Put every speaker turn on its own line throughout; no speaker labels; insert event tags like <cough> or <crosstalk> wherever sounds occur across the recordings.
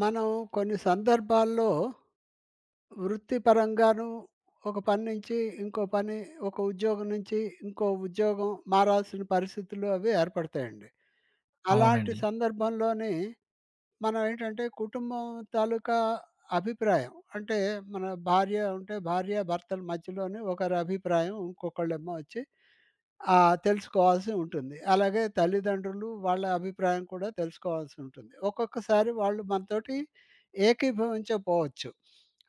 మనం కొన్ని సందర్భాల్లో వృత్తిపరంగాను ఒక పని నుంచి ఇంకో పని, ఒక ఉద్యోగం నుంచి ఇంకో ఉద్యోగం మారాల్సిన పరిస్థితులు అవి ఏర్పడతాయండి. అలాంటి
అవునండి.
సందర్భంలోని మనం కుటుంబం తాలూకా అభిప్రాయం అంటే మన భార్య ఉంటే భార్య, భర్తల మధ్యలోనే ఒకరి అభిప్రాయం ఇంకొకళ్ళేమో వచ్చి ఆ! తెలుసుకోవాల్సి ఉంటుంది. అలాగే తల్లిదండ్రులు వాళ్ళ అభిప్రాయం కూడా తెలుసుకోవాల్సి ఉంటుంది. ఒక్కొక్కసారి వాళ్ళు మనతోటి ఏకీభవించకపోవచ్చు.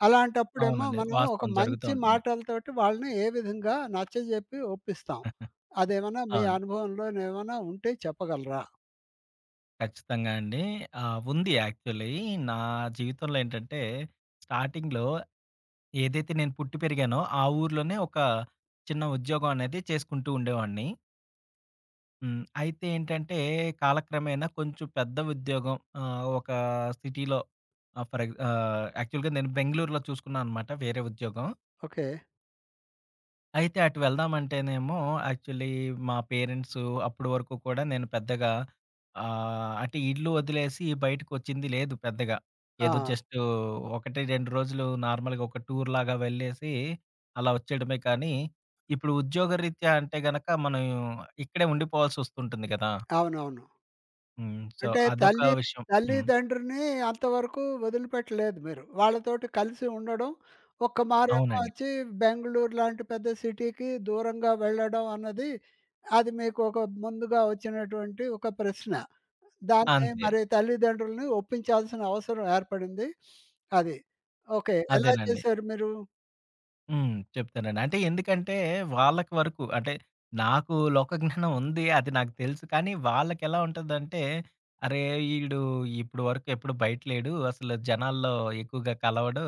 అలాంటప్పుడేమో
అవునండి.
మనం ఒక
వాస్తవం జరుగుతూ
మంచి
ఉంటుంది.
మాటలతోటి వాళ్ళని ఏ విధంగా నచ్చజెప్పి ఒప్పిస్తాం? అదేమన్నా మీ
అవును.
అనుభవంలోనేమన్నా ఉంటే చెప్పగలరా?
ఖచ్చితంగా అండి. ఉంది యాక్చువల్లీ. నా జీవితంలో ఏంటంటే, స్టార్టింగ్‌లో ఏదైతే నేను పుట్టి పెరిగానో, ఆ ఊర్లోనే ఒక చిన్న ఉద్యోగం అనేది చేసుకుంటూ ఉండేవాడిని. హ్మ్. అయితే ఏంటంటే, కాలక్రమేణా కొంచెం పెద్ద ఉద్యోగం ఒక సిటీలో ఆహ్, ఫర్ ఎగ్ ఆహ్, యాక్చువల్‌గా నేను బెంగుళూరులో చూసుకున్నాననమాట వేరే ఉద్యోగం.
ఓకే.
అయితే అటు వెళ్దామంటేనేమో యాక్చువల్లీ మా పేరెంట్స్ అప్పటి వరకు కూడా నేను పెద్దగా అంటే ఇల్లు వదిలేసి బయటకొచ్చింది లేదు పెద్దగా.
ఆ!
ఏదో జస్ట్ 1, 2 రోజులు నార్మల్‌గా ఒక టూర్‌లాగా వెళ్ళేసి అలా వచ్చేయడమే కానీ, ఇప్పుడు ఉద్యోగరీత్యా అంటే గనక మనం ఇక్కడే ఉండిపోవాల్సొస్తుంటుంది కదా!
అవునవును.
హ్మ్. సో,
అంటే
అదొక
తల్లి
విషయం. హ్మ్.
తల్లిదండ్రిని అంతవరకు వదిలిపెట్టలేదు మీరు. వాళ్ళతోటి కలిసి ఉండడం. ఒక్క మారేమో
అవునండి.
వచ్చి బెంగుళూరు లాంటి పెద్ద సిటీకి దూరంగా వెళ్ళడం అన్నది అది మీకు ఒక ముందుగా వచ్చినటువంటి ఒక ప్రశ్న. దాన్ని
అంతే.
మరి తల్లిదండ్రులని ఒప్పించాల్సిన అవసరం ఏర్పడింది. అది. ఓకే. ఎలా
అదేనండి.
చేశారు మీరు?
హ్మ్. చెప్తానండి. అంటే ఎందుకంటే వాళ్ళకి వరకు అంటే నాకు లోకజ్ఞానం ఉంది. అది నాకు తెలుసు. కానీ వాళ్ళకెలా ఉంటదంటే, అరే! ఈడు ఇప్పుడు వరకు ఎప్పుడు బయట లేడు. అసలు జనాల్లో ఎక్కువగా కలవడు.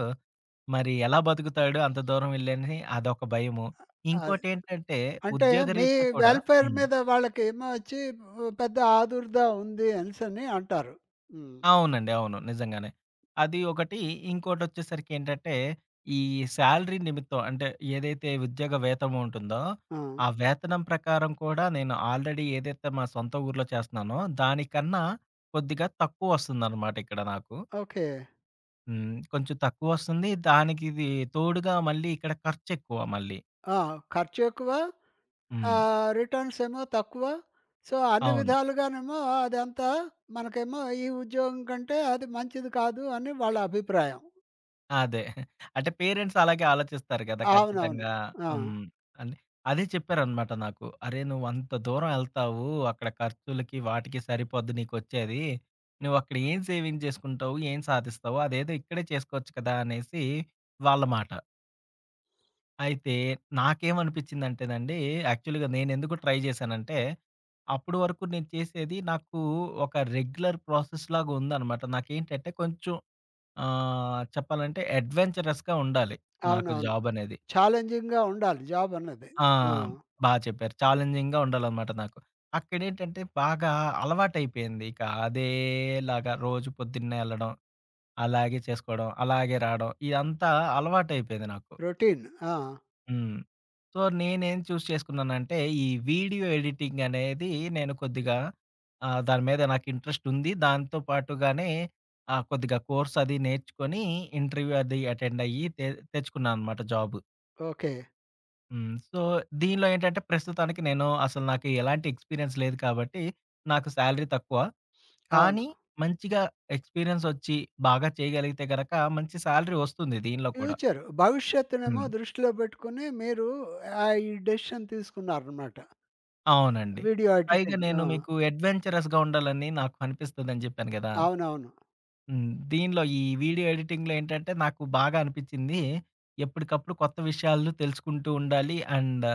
మరి ఎలా బతుకుతాడు అంత దూరం వెళ్లి అని అదొక భయము.
అది.
ఇంకోటేంటంటే
అంటే మీ
ఉద్యోగరీత్యా కూడా
వెల్‌ఫేర్
హ్మ్.
మీద వాళ్ళకేమో వచ్చి పెద్ద ఆదుర్దా ఉంది అనేసని అంటారు. హ్మ్.
అవునండి. అవును. నిజంగానే. అది ఒకటి. ఇంకోటొచ్చేసరికేంటంటే, ఈ శాలరీ నిమిత్తం అంటే, ఏదైతే ఉద్యోగ వేతనం ఉంటుందో,
ఆ!
ఆ వేతనం ప్రకారం కూడా నేను ఆల్రెడీ ఏదైతే మా సొంత ఊర్లో చేస్తున్నానో, దానికన్నా కొద్దిగా తక్కువొస్తుందనమాట ఇక్కడ నాకు.
ఓకే.
హ్మ్. కొంచెం తక్కువొస్తుంది. దానికి ఇది తోడుగా మళ్ళీ ఇక్కడ ఖర్చెక్కువ మళ్ళీ.
ఆ! ఖర్చెక్కువ.
హ్మ్.
రిటర్న్స్ ఏమో తక్కువ. సో, అన్ని
అవును.
విధాలుగానేమో అదంతా మనకేమో ఈ ఉద్యోగం కంటే అది మంచిది కాదు అని వాళ్ళ అభిప్రాయం.
అదే. అంటే పేరెంట్స్ అలాగే ఆలోచిస్తారు గదా!
అవునవును.
ఖచ్చితంగా.
ఆ!
హ్మ్. అని అదే చెప్పారనమాట నాకు. "అరే! నువ్వంత దూరం ఎళ్తావు. అక్కడ ఖర్చులకి, వాటికి సరిపోద్ది నీకొచ్చేది. నువ్వక్కడ ఏం సేవింగ్ చేసుకుంటావు? ఏం సాధిస్తావు? అదేదో ఇక్కడే చేసుకోవచ్చు కదా!" అనేసి వాళ్ళ మాట. అయితే నాకేమనిపించిందంటేనండి, యాక్చువల్‌గా నేనెందుకు ట్రై జేశానంటే, అప్పడి వరకు నేను చేసేది నాకు ఒక రెగ్యులర్ ప్రాసెస్‌లాగా ఉందనమాట. నాకేంటంటే కొంచెం చెప్పాలంటే అడ్వెంచరస్‌గా ఉండాలి. నాకు
అవునవును.
జాబ్ అనేది.
ఛాలెంజింగ్‌గా ఉండాలి జాబ్ అన్నది.
ఆ!
ఆ!
బా చెప్పారు. ఛాలెంజింగ్‌గా ఉండాలనమాట నాకు. అక్కడేంటంటే బాగా అలవాటైపోయింది. ఇక అదేలాగా రోజు పొద్దున్నే ఎళ్ళడం, అలాగే చేసుకోవడం, అలాగే రావడం ఇదంతా అలవాటైపోయింది నాకు.
రొటీన్. ఆ!
హ్మ్. సో, నేనేం చూస్ చేసుకున్నానంటే, ఈ వీడియో ఎడిటింగ్ అనేది నేను కొద్దిగా దాని మీద నాకు ఇంట్రెస్ట్ ఉంది. దాంతో పాటుగానే కొద్దిగా కోర్స్ అది నేర్చుకొని, ఇంటర్వ్యూ అది అటెండ్ అయ్యి తెచ్చుకున్నాననమాట జాబ్.
ఓకే.
హ్మ్. సో, దీనిలో ఏంటంటే ప్రస్తుతానికి నేను అసలు నాకు ఎలాంటి ఎక్స్‌పీరియన్స్ లేదు కాబట్టి, నాకు సాలరీ తక్కువ.
అవును.
కానీ మంచిగా ఎక్స్‌పీరియన్స్ ఒచ్చి, బాగా చేయగలిగితే గనక మంచి సాలరీ ఒస్తుంది దీనిలో కూడా.
ఫ్యూచర్ భవిష్యత్తునేమో
హ్మ్.
దృష్టిలో పెట్టుకొని మీరు ఈ డెసిషన్ తీసుకున్నారనమాట.
అవునండి.
వీడియో
పైగా
ఎడిటింగ్.
నేను
ఆ!
మీకు అడ్వెంచరస్‌గా ఉండాలని నాకు అనిపిస్తదని జెప్పాను గదా!
అవునవును.
హ్మ్. దీనిలో ఈ వీడియో ఎడిటింగ్‌లో ఏంటంటే నాకు బాగా అనిపిచ్చింది. ఎప్పటికప్పుడు కొత్త విషయాలు తెలుసుకుంటూ ఉండాలి. అండ్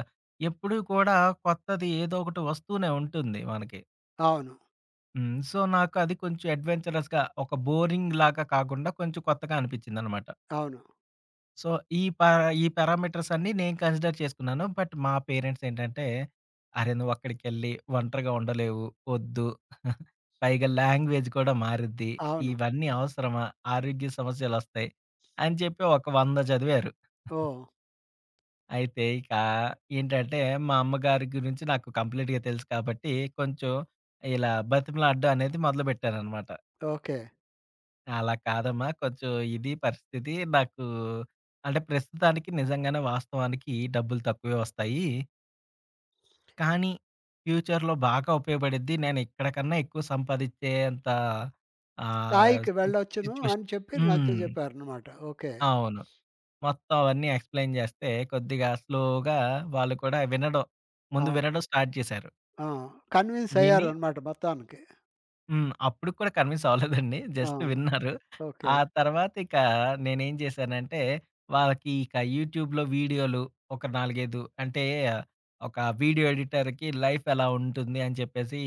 ఎప్పుడూ కూడా కొత్తది ఏదో ఒకటి వస్తూనే ఉంటుంది మనకి.
అవును.
హ్మ్. సో, నాకు అది కొంచెం అడ్వెంచరస్‌గా ఒక బోరింగ్‌లాగా కాకుండా కొంచెం కొత్తగా అనిపిచ్చిందనమాట.
అవును.
సో, ఈ పా ఈ పారామీటర్స్ అన్నీ నేను కన్సిడర్ చేసుకున్నాను. బట్ మా పేరెంట్స్ ఏంటంటే, "అరె! నువ్వక్కడికెళ్ళి ఒంటరిగా ఉండలేవు. ఒద్దు. పైగా లాంగ్వేజ్ కూడా మారుద్ది.
అవును.
ఇవన్నీ అవసరమా? ఆరోగ్య సమస్యలొస్తాయి" అని చెప్పి ఒక 100 చదివారు.
ఓహ్!
అయితే ఇక ఏంటంటే, మా అమ్మగారి గురించి నాకు కంప్లీట్‌గా తెలుసు కాబట్టి, కొంచెం ఇలా బతిమలాడడం అనేది మొదలుపెట్టాననమాట.
ఓకే.
అలా కాదమ్మా. కొంచెం ఇది పరిస్థితి. నాకు అంటే ప్రస్తుతానికి నిజంగానే వాస్తవానికి డబ్బులు తక్కువే వస్తాయి. కానీ ఫ్యూచర్‌లో బాగా ఉపయోగపడిద్ది. నేను ఇక్కడికన్నా ఎక్కువ సంపాదించేంత ఆహ్,
స్థాయికి
సి
వెళ్ళొచ్చును
సిట్యుయేషన్
అని చెప్పి
హ్మ్.
నచ్చజెప్పారనమాట. ఓకే.
అవును. మొత్తం అవన్నీ ఎక్స్‌ప్లెయిన్ చేస్తే కొద్దిగా స్లోగా వాళ్ళు కూడా ముందు
అవును.
వినడం స్టార్ట్ చేశారు.
ఆ! కన్విన్స్
విని
అయ్యారనమాట మొత్తానికి.
హ్మ్. అప్పటికి కూడా కన్విన్స్ అవ్వలేదండి.
ఆ!
జస్ట్ విన్నారు.
ఓకే.
ఆ తర్వాత ఇక నేనేం చేశానంటే, వాళ్ళకి ఇక యూట్యూబ్‌లో వీడియోలు ఒక 4, 5 అంటే ఒక వీడియో ఎడిటర్‌కి లైఫ్ ఎలా ఉంటుంది అని చెప్పేసి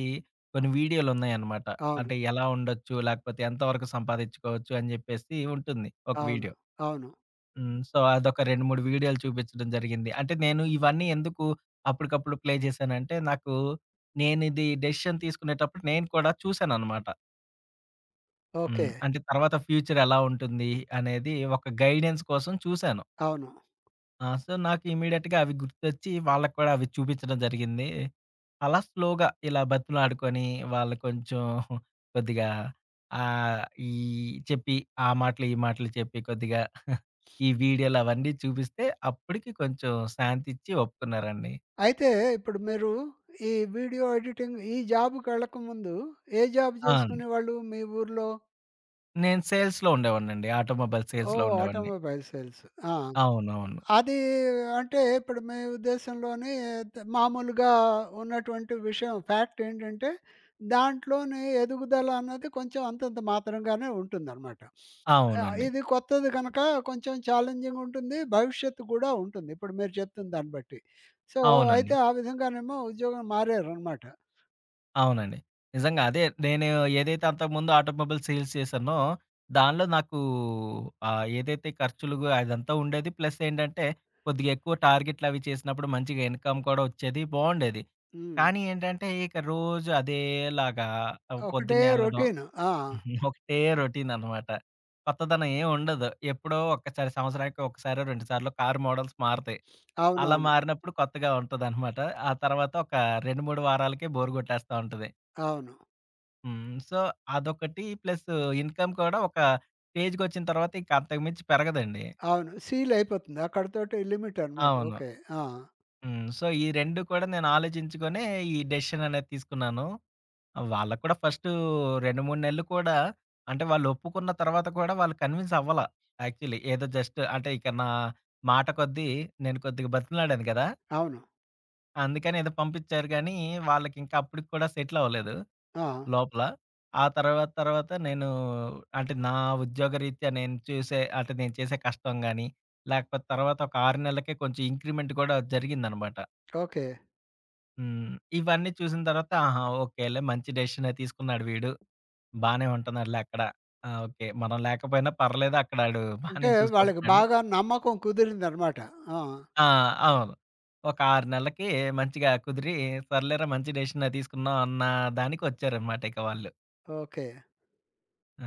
కొన్ని వీడియోలున్నాయన్నమాట.
అవును.
అంటే ఎలా ఉండొచ్చు, లేకపోతే ఎంతవరకు సంపాదించుకోవచ్చు అని చెప్పేసి ఉంటుంది ఒక
అవును.
వీడియో.
అవును.
హ్మ్. సో, అదొక 2, 3 వీడియోలు చూపించడం జరిగింది. అంటే నేను ఇవన్నీ ఎందుకు అప్పటికప్పుడు ప్లే చేశానంటే, నాకు నేనిది డెసిషన్ తీసుకునేటప్పుడు నేను కూడా చూశానన్నమాట. హ్మ్.
ఓకే.
అంటే తర్వాత ఫ్యూచర్ ఎలా ఉంటుంది అనేది ఒక గైడెన్స్ కోసం చూసాను.
అవును.
ఆ! సో, నాకు ఇమ్మీడియేట్‌గా అవి గుర్తొచ్చి వాళ్ళకి కూడా అవి చూపించడం జరిగింది. అలా స్లోగా ఇలా బతిమిలాడుకొని వాళ్ళు కొంచెం <laughs> కొద్దిగా ఆహ్, ఈ చెప్పి ఆ మాటలు, ఈ మాటలు చెప్పి కొద్దిగా <laughs> ఈ వీడియోలు అవన్నీ చూపిస్తే అప్పటికి కొంచెం శాంతిచ్చి ఒప్పుకున్నారండి.
అయితే ఇప్పుడు మీరు ఈ వీడియో ఎడిటింగ్ ఈ జాబ్‌కెళ్ళకముందు ఏ జాబ్
ఆ! అండి.
చేసుకునేవాళ్ళు మీ ఊర్లో?
నేను సేల్స్‌లో ఉండేవాడినండి. ఆటోమొబైల్ సేల్స్‌లో
ఓహ్!
ఉండేవాడిని.
Automobile sales. ఆ!
అవునవును.
అది అంటే ఇప్పుడు మీ ఉద్దేశంలోని మామూలుగా ఉన్నటువంటి విషయం ఫ్యాక్ట్ ఏంటంటే, దాంట్లోని ఎదుగుదల అన్నది కొంచెం అంతంత మాత్రంగానే ఉంటుందనమాట.
అవునండి.
ఇది కొత్తది గనక కొంచెం ఛాలెంజింగ్ ఉంటుంది. భవిష్యత్తు కూడా ఉంటుంది. ఇప్పుడు మీరు చెప్తున్న దాన్ని బట్టి. సో,
అవునండి.
అయితే ఆ విధంగానేమో ఉద్యోగం మారారనమాట.
అవునండి. నిజంగా అదే నేను ఏదైతే అంతకుముందు ఆటోమొబైల్ సేల్స్ చేశానో, దానిలో నాకు ఏదైతే ఖర్చులు అదంతా ఉండేది. ప్లస్ ఏంటంటే కొద్దిగా ఎక్కువ టార్గెట్లు అవి చేసినప్పుడు మంచిగా ఇన్‌కమ్ కూడా వచ్చేది. బావుండేది.
హ్మ్.
కానీ ఏంటంటే ఇక రోజు అదేలాగా
ఒకటే
పొద్దున్నే ఎళ్ళడం
రొటీన్. ఆ!
<laughs> ఒకటే రొటీన్ అనమాట. కొత్తదనం ఏం ఉండదు. ఎప్పుడో ఒక్కసారి సంవత్సరానికి ఒకసారో, రెండు సార్లో కార్ మోడల్స్ మారతాయి. అలా
అవునవును.
మారినప్పుడు కొత్తగా ఉంటదనమాట. ఆ తర్వాత ఒక 2, 3 వారాలకే బోర్ కొట్టేస్తా ఉంటది.
అవును.
హ్మ్. సో, అదొకటి ప్లస్ ఇన్‌కమ్ కూడా ఒక స్టేజ్‌కొచ్చిన తర్వాత ఇంక అంతకు మించి పెరగదండి.
అవును. సీల్ అయిపోతుంది. అక్కడితోటి లిమిట్ అనమాట.
అవును.
ఓకే. ఆ!
హ్మ్. సో, ఈ 2 కూడా నేను ఆలోచించుకొనే ఈ డెసిషన్ అనేది తీసుకున్నాను. వాళ్ళకి కూడా ఫస్టు 2, 3 నెలలు కూడా అంటే వాళ్ళు ఒప్పుకున్న తర్వాత కూడా వాళ్ళు కన్విన్స్ యాక్చువల్లీ. ఏదో జస్ట్ అంటే ఇక నా మాట కొద్దీ నేను కొద్దిగా బతిమిలాడాను కదా!
అవును.
అందుకని ఏదో పంపించారు గానీ, వాళ్ళకింకా అప్పటికి కూడా సెటిల్ అవ్వలేదు.
ఆ!
లోపల. ఆ తర్వాత తర్వాత నేను అంటే నా ఉద్యోగరీత్యా నేను చూసే అంటే నేను చేసే కష్టం గాని, లేకపోతే తర్వాత ఒక 6 నెలలకే కొంచెం ఇంక్రిమెంట్ కూడా జరిగిందనమాట.
ఓకే.
హ్మ్. ఇవన్నీ చూసిన తర్వాత ఆహా! ఓకేలే మంచి డెసిషనే తీసుకున్నాడు వీడు. బానే ఉంటున్నాడులే అక్కడ. ఆ! ఓకే. మనం లేకపోయినా పర్లేదు అక్కడ ఆడు
అంటే
బానే
వాళ్ళకి
చూసుకుంటున్నాడు.
బాగా నమ్మకం కుదిరిందనమాట. ఆ!
ఆ! అవును. ఒక 6 నెలలకి మంచిగా కుదిరి సర్లేరా మంచి డెసిషనే తీసుకున్నాం అన్న దానికొచ్చారనమాట ఇక వాళ్ళు.
ఓకే.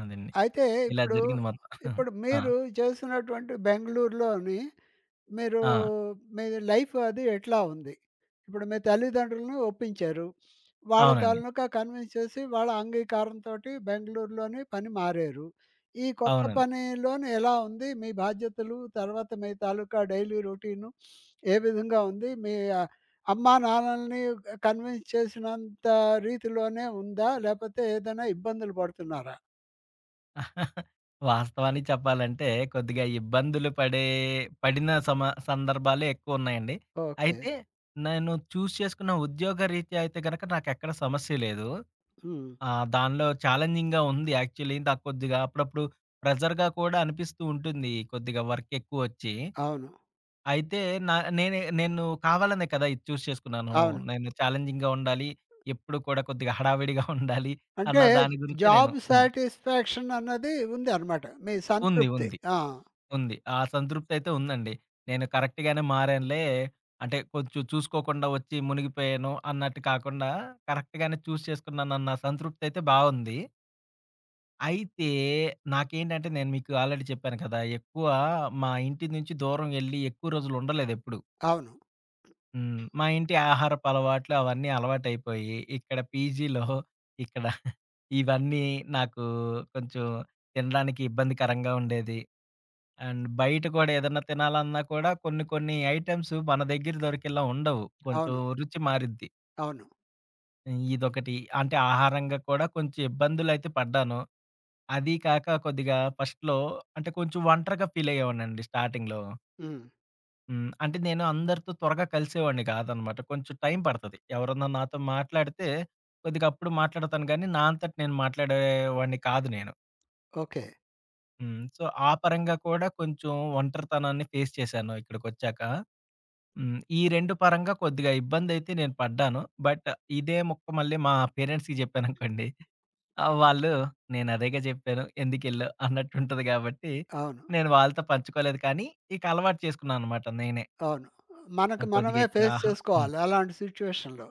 అదండి.
అయితే
ఇలా
ఇప్పుడు,
జరిగింది మొత్తం.
ఇప్పుడు
ఆ!
మీరు చేస్తున్నటువంటి బెంగుళూరులోని మీరు
ఆ!
మీ లైఫ్ అది ఎట్లా ఉంది? ఇప్పుడు మీ తల్లిదండ్రులను ఒప్పించారు. వాళ్ళ
అవునండి.
తాలూకా కన్విన్స్ చేసి వాళ్ళ అంగీకారంతోటి బెంగుళూరులోని పని మారారు. ఈ కొత్త
అవునండి.
పనిలోని ఎలా ఉంది? మీ బాధ్యతలు, తర్వాత మీ తాలూకా డైలీ రొటీను ఏ విధంగా ఉంది? మీ ఆహ్, అమ్మా, నాన్నలని కన్విన్స్ చేసినంత రీతిలోనే ఉందా? లేపోతే ఏదైనా ఇబ్బందులు పడుతున్నారా?
<laughs> వాస్తవానికి చెప్పాలంటే కొద్దిగా ఇబ్బందులు పడిన సందర్భాలే ఎక్కువున్నాయండి.
ఓకే.
అయితే నేను చూజ్ చేసుకున్న ఉద్యోగ రీత్యా అయితే గనక నాకెక్కడ సమస్య లేదు.
హ్మ్.
దానిలో ఛాలెంజింగ్‌గా ఉంది యాక్చువల్లీ. నాకు కొద్దిగా అప్పుడప్పుడు ప్రెషర్‌గా కూడా అనిపిస్తూ ఉంటుంది. కొద్దిగా వర్క్ ఎక్కువొచ్చి.
అవును.
అయితే నా నేనే నేను కావాలనే కదా ఇది చూజ్ చేసుకున్నాను.
అవును.
నేను ఛాలెంజింగ్‌గా ఉండాలి. ఎప్పుడు కూడా కొద్దిగా హడావిడిగా <laughs> ఉండాలి అన్న
అంటే
దాని గురించి నేను
జాబ్
హ్మ్.
సాటిస్ఫాక్షన్ అన్నది ఉందనమాట. మీ
ఉంది.
సంతృప్తి.
ఉంది.
ఆ!
ఉంది. ఆ సంతృప్తయితే ఉందండి. నేను కరెక్ట్‌గానే మారానులే. అంటే కొంచెం చూసుకోకుండా వచ్చి మునిగిపోయాను అన్నట్టు కాకుండా కరెక్ట్‌గానే చూస్ చేసుకున్నానన్న సంతృప్తయితే బావుంది. అయితే బాగుంది. అయితే నాకేంటంటే నేను మీకు ఆల్రెడీ చెప్పాను కదా! ఎక్కువ మా ఇంటి నుంచి దూరం ఎళ్లి ఎక్కువ రోజులుండలేదెప్పుడు.
అవును.
హ్మ్. మా ఇంటి ఆహారపు అలవాట్లు అవన్నీ అలవాటయిపోయి ఇక్కడ పీజీలో ఇక్కడ <laughs> ఇవన్నీ నాకు కొంచెం తినడానికి ఇబ్బందికరంగా ఉండేది. అండ్ బయట కూడా ఏదన్నా తినాలన్నా కూడా కొన్ని కొన్ని ఐటెమ్స్ మన దగ్గర దొరికేలా ఉండవు. కొంచెం
అవును.
రుచి మారిద్ది.
అవును.
ఇదొకటి అంటే ఆహారంగా కూడా కొంచెం ఇబ్బందులైతే పడ్డాను. అది కాక కొద్దిగా ఫస్ట్‌లో అంటే కొంచెం ఒంటరిగా ఫీల్ అయ్యేవాడినండి స్టార్టింగ్‌లో.
హ్మ్.
హ్మ్. అంటే నేను అందరితో త్వరగా కలిసేవాడిని కాదనమాట. కొంచెం టైం పడతది. ఎవరన్నా నాతో మాట్లాడితే కొద్దిగా అప్పుడు మాట్లాడతాను గానీ, నా అంతట నేను మాట్లాడేవాడిని కాదు నేను.
ఓకే.
హ్మ్. సో, ఆ పరంగా కూడా కొంచెం ఒంటరితనాన్ని ఫేస్ చేశాను ఇక్కడికొచ్చాక. హ్మ్. ఈ 2 పరంగా కొద్దిగా ఇబ్బందయితే నేను పడ్డాను. బట్ ఇదే ముక్క మళ్ళీ మా పేరెంట్స్‌కి జెప్పాననుకోండి, వాళ్ళు "నేను అదేగా జెప్పాను ఎందుకెళ్ళావు" అన్నట్టుంటది గాబట్టి,
అవును.
నేను వాళ్ళతో పంచుకోలేదు కానీ, ఇక అలవాటు చేసుకున్నాననమాట నేనే.
అవును. మనకు
కొద్దిగా
మనమే
ఇక్కడ
ఫేస్
ఆహారం హ్మ్.
చేసుకోవాలి అలాంటి సిట్యుయేషన్‌లో.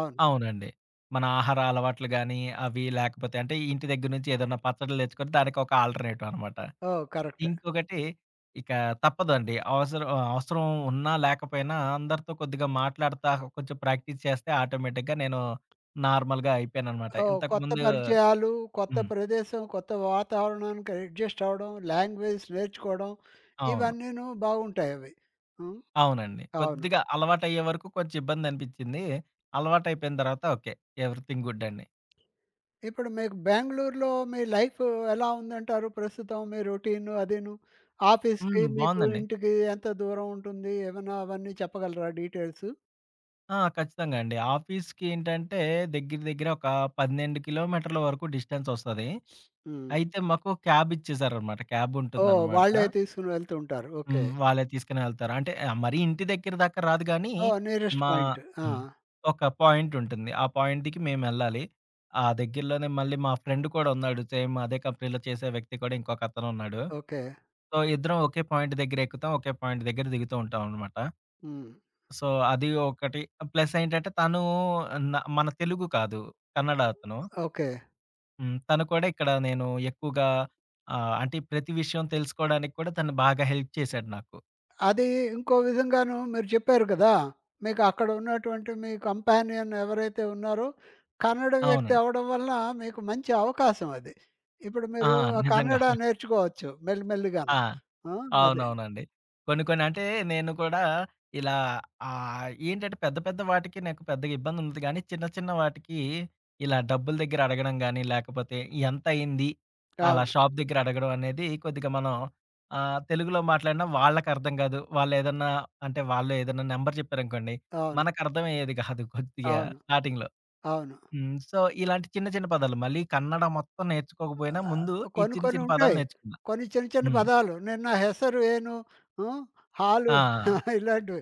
అవును.
అవునండి. మన ఆహార అలవాట్లు గానీ, అవి లేకపోతే అంటే ఇంటి దగ్గర నుంచి ఏదన్నా పచ్చడ్లు దెచ్చుకొని దానికొక ఆల్టర్‌నేటివ్ అనమాట.
ఓహ్! కరెక్ట్.
ఇంకొకటి ఇక తప్పదండి. అవసరం అవసరం ఉన్నా లేకపోయినా అందరితో కొద్దిగా కొంచెం ప్రాక్టీస్ చేస్తే ఆటోమేటిక్‌గా నేను నార్మల్‌గా అయిపోయాననమాట.
ఓహ్! కొత్త
ఇంతకుముందు
పరిచయాలు, కొత్త
హ్మ్.
ప్రదేశం, కొత్త వాతావరణానికి అడ్జస్ట్ అవ్వడం, లాంగ్వేజ్ నేర్చుకోవడం
అవును.
ఇవన్నీను బాగుంటాయవి. హ్మ్.
అవునండి.
అవును.
కొద్దిగా అలవాటయ్యే వరకు కొంచెం ఇబ్బందనిపిచ్చింది. అలవాటయిపోయిన తర్వాత ఓకే. ఎవ్రీథింగ్ గుడ్ అండి.
ఇప్పుడు మీకు బెంగుళూరులో మీ లైఫ్ ఎలా ఉందంటారు? ప్రస్తుతం మీ రొటీన్ అదీను. ఆఫీస్‌కి
హ్మ్.
మీకు
బావుందండి.
ఇంటికి ఎంత దూరం ఉంటుంది? ఏమన్నా అవన్నీ చెప్పగలరా డీటెయిల్స్?
ఆ! ఖచ్చితంగా అండి. ఆఫీస్‌కి ఏంటంటే దగ్గర దగ్గర ఒక 12 కిలోమీటర్ల వరకు డిస్టెన్స్ వస్తది.
హ్మ్.
అయితే మాకు క్యాబ్ ఇచ్చేసారనమాట. క్యాబ్
ఓహ్!
ఉంటుందనమాట.
వాళ్ళే తీసుకొని వెళ్తూ ఉంటారు.
హ్మ్.
ఓకే.
వాళ్ళే తీసుకొని వెళ్తారు. అంటే మరీ ఇంటి దగ్గర దాకా రాదు గానీ,
ఓహ్! నియరెస్ట్
మా
పాయింట్. ఆ!
హ్మ్. ఒక పాయింట్ ఉంటుంది. ఆ పాయింట్‌కి మేమెళ్ళాలి. ఆ దగ్గరలోనే మళ్ళీ మా ఫ్రెండ్ కూడా ఉన్నాడు. సేమ్ అదే కంపెనీలో చేసే వ్యక్తి కూడా ఇంకొకతను ఉన్నాడు.
ఓకే.
సో, ఇద్దరం ఒకే పాయింట్ దగ్గర ఎక్కుతాం. ఒకే పాయింట్ దగ్గర దిగుతూ ఉంటాం అన్నమాట.
హ్మ్.
సో, అది ఒకటి. ప్లస్ ఏంటంటే తను మన తెలుగు కాదు. కన్నడ అతను.
ఓకే.
హ్మ్. తను కూడా ఇక్కడ నేను ఎక్కువగా అంటే ప్రతి విషయం తెలుసుకోవడానికి కూడా తను బాగా హెల్ప్ చేశాడు నాకు.
అది ఇంకో విధంగాను మీరు చెప్పారు కదా! మీకు అక్కడ ఉన్నటువంటి మీ కంపానియన్ ఎవరైతే ఉన్నారో, కన్నడ వ్యక్తి
అవునండి.
అవ్వడం వలన మీకు మంచి అవకాశం అది. ఇప్పుడు
ఆ!
మీరు ఆ
నిజంగా.
కన్నడ నేర్చుకోవచ్చు మెల్లిమెల్లిగాను.
ఆ!
ఆ! అది.
అవునవునండి. కొన్ని కొన్ని అంటే నేను కూడా ఇలా ఏంటంటే పెద్ద పెద్ద వాటికి నాకు పెద్దగా ఇబ్బంది ఉండదు గానీ, చిన్న చిన్న వాటికి ఇలా డబ్బుల దగ్గర అడగడం గానీ, లేకపోతే ఎంతయింది? అలా
అవును.
షాప్ దగ్గర అడగడం అనేది కొద్దిగా మనం తెలుగులో మాట్లాడినా వాళ్ళకర్థం కాదు. వాళ్ళేదన్నా అంటే వాళ్ళు ఏదన్నా నంబర్ చెప్పారనుకోండి,
అవును.
మనకర్థమయ్యేది కాదు కొద్దిగా
అవును.
స్టార్టింగ్‌లో.
అవును.
హ్మ్. సో, ఇలాంటి చిన్న చిన్న పదాలు మళ్ళీ కన్నడ మొత్తం నేర్చుకోకపోయినా ముందు ఈ
కొన్ని
చిన్న
కొన్ని
చిన్న పదాలు
ఉంటాయి.
నేర్చుకున్నా.
కొన్ని చిన్న చిన్న
హ్మ్.
పదాలు నిన్న హెసరు ఏను హ్మ్, హాలు
ఆ!
<laughs> ఇలాంటివి.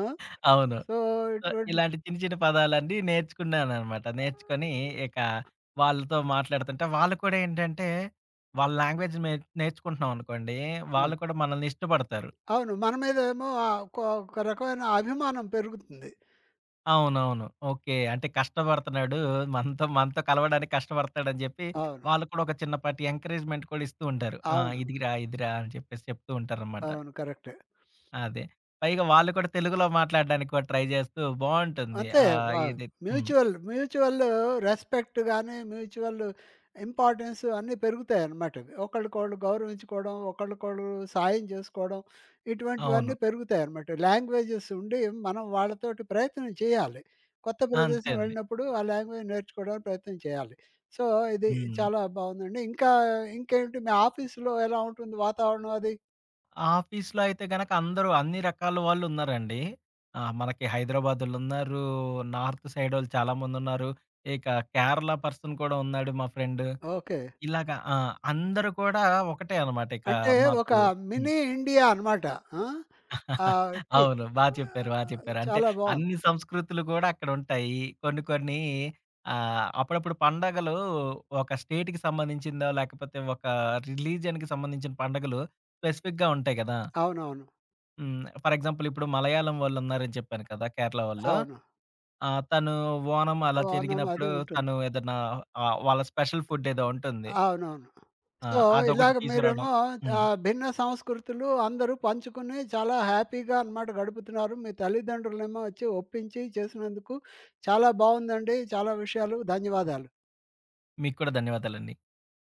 ఆ!
అవును.
సో,
సో,
ఇటువంటి
ఇలాంటి చిన్న చిన్న పదాలన్నీ నేర్చుకున్నాననమాట. నేర్చుకొని ఇక వాళ్ళతో మాట్లాడుతుంటే వాళ్ళు కూడా ఏంటంటే, వాళ్ళ లాంగ్వేజ్ నేర్చుకుంటున్నాం అనుకోండి,
ఆ!
వాళ్ళు కూడా మనల్ని ఇష్టపడతారు.
అవును. మన మీద ఏమో ఒక ఒక రకమైన అభిమానం పెరుగుతుంది.
అవునవును. ఓకే. అంటే కష్టపడుతున్నాడు. మనతో మనతో కలవడానికి కష్టపడతాడని చెప్పి,
అవును.
వాళ్ళు కూడా ఒక చిన్నపాటి ఎంకరేజ్‌మెంట్ కూడా ఇస్తూ ఉంటారు. ఆ!
అవును.
ఇదిరా, ఇదిరా అని చెప్పేసి చెప్తూ ఉంటారనమాట.
అవును. కరెక్టే.
అదే. పైగా వాళ్ళు కూడా తెలుగులో మాట్లాడడానికి కూడా ట్రై చేస్తూ బావుంటుంది.
అంతే.
ఆహ్,
వా
ఏది హ్మ్.
మ్యూచువల్, రెస్పెక్ట్ గాని, మ్యూచువల్ ఇంపార్టెన్స్ అన్నీ పెరుగుతాయన్నమాటవి. ఒకళ్ళకొకళ్ళు గౌరవించుకోవడం, ఒకళ్ళకొకళ్ళు సాయం జేసుకోవడం,
అవును.
ఇటువంటివన్నీ పెరుగుతాయన్నమాట. లాంగ్వేజెస్ ఉండి మనం వాళ్ళతోటి ప్రయత్నం చేయాలి. కొత్త
అంతే
ప్రదేశం
అండి.
వెళ్ళినప్పుడు ఆ లాంగ్వేజ్ నేర్చుకోవడానికి ప్రయత్నం చేయాలి. సో, ఇది
హ్మ్.
చాలా బావుందండి. ఇంకా ఇంకేంటి మీ ఆఫీస్‌లో ఎలా ఉంటుంది వాతావరణం అది?
ఆఫీస్‌లో అయితే గనక అందరూ అన్ని రకాల వాళ్ళున్నారండి. ఆ! మనకి హైదరాబాదోళ్ళున్నారు, నార్త్ సైడోళ్ళు చాలామందున్నారు, ఇక కేరళ పర్సన్ కూడా ఉన్నాడు మా ఫ్రెండు.
ఓకే.
ఇలాగా ఆ! అందరూ కూడా ఒకటే అనమాట. ఇక
అంటే ఒక
మాకు హ్మ్.
మినీ ఇండియా అనమాట. ఆ! ఆహ్,
<laughs>
టీ
అవును. బా చెప్పారు. బా చెప్పారు. అంటే
చాలా బావుంది.
అన్ని సంస్కృతులు కూడా అక్కడుంటాయి. కొన్ని కొన్ని అప్పుడప్పుడు పండగలు ఒక స్టేట్‌కి సంబంధించిందో, లేకపోతే ఒక రిలీజియన్‌కి సంబంధించిన పండగలు స్పెసిఫిక్‌గా ఉంటాయి గదా!
అవునవును.
హ్మ్. ఫర్ ఎగ్జాంపుల్ ఇప్పుడు మలయాళం వాళ్ళున్నారని చెప్పాను కదా! కేరళ వాళ్ళు.
అవును.
తను ఓణం అలా
ఓనం
జరిగినప్పుడు
అది ఉంటుంది.
తను ఏదన్నా వాళ్ళ స్పెషల్ ఫుడ్ ఏదో ఉంటుంది.
అవునవును.
ఆ!
సో,
అదొకటి
ఇలాగ
తీసుకురావడం.
మీరేమో
హ్మ్.
భిన్న సంస్కృతులు అందరూ పంచుకుని చాలా హ్యాపీగా అనమాట గడుపుతున్నారు. మీ తల్లిదండ్రులనేమో వచ్చి ఒప్పించి చేసినందుకు చాలా బావుందండి. చాలా విషయాలు ధన్యవాదాలు.
మీకు కూడా ధన్యవాదాలండి.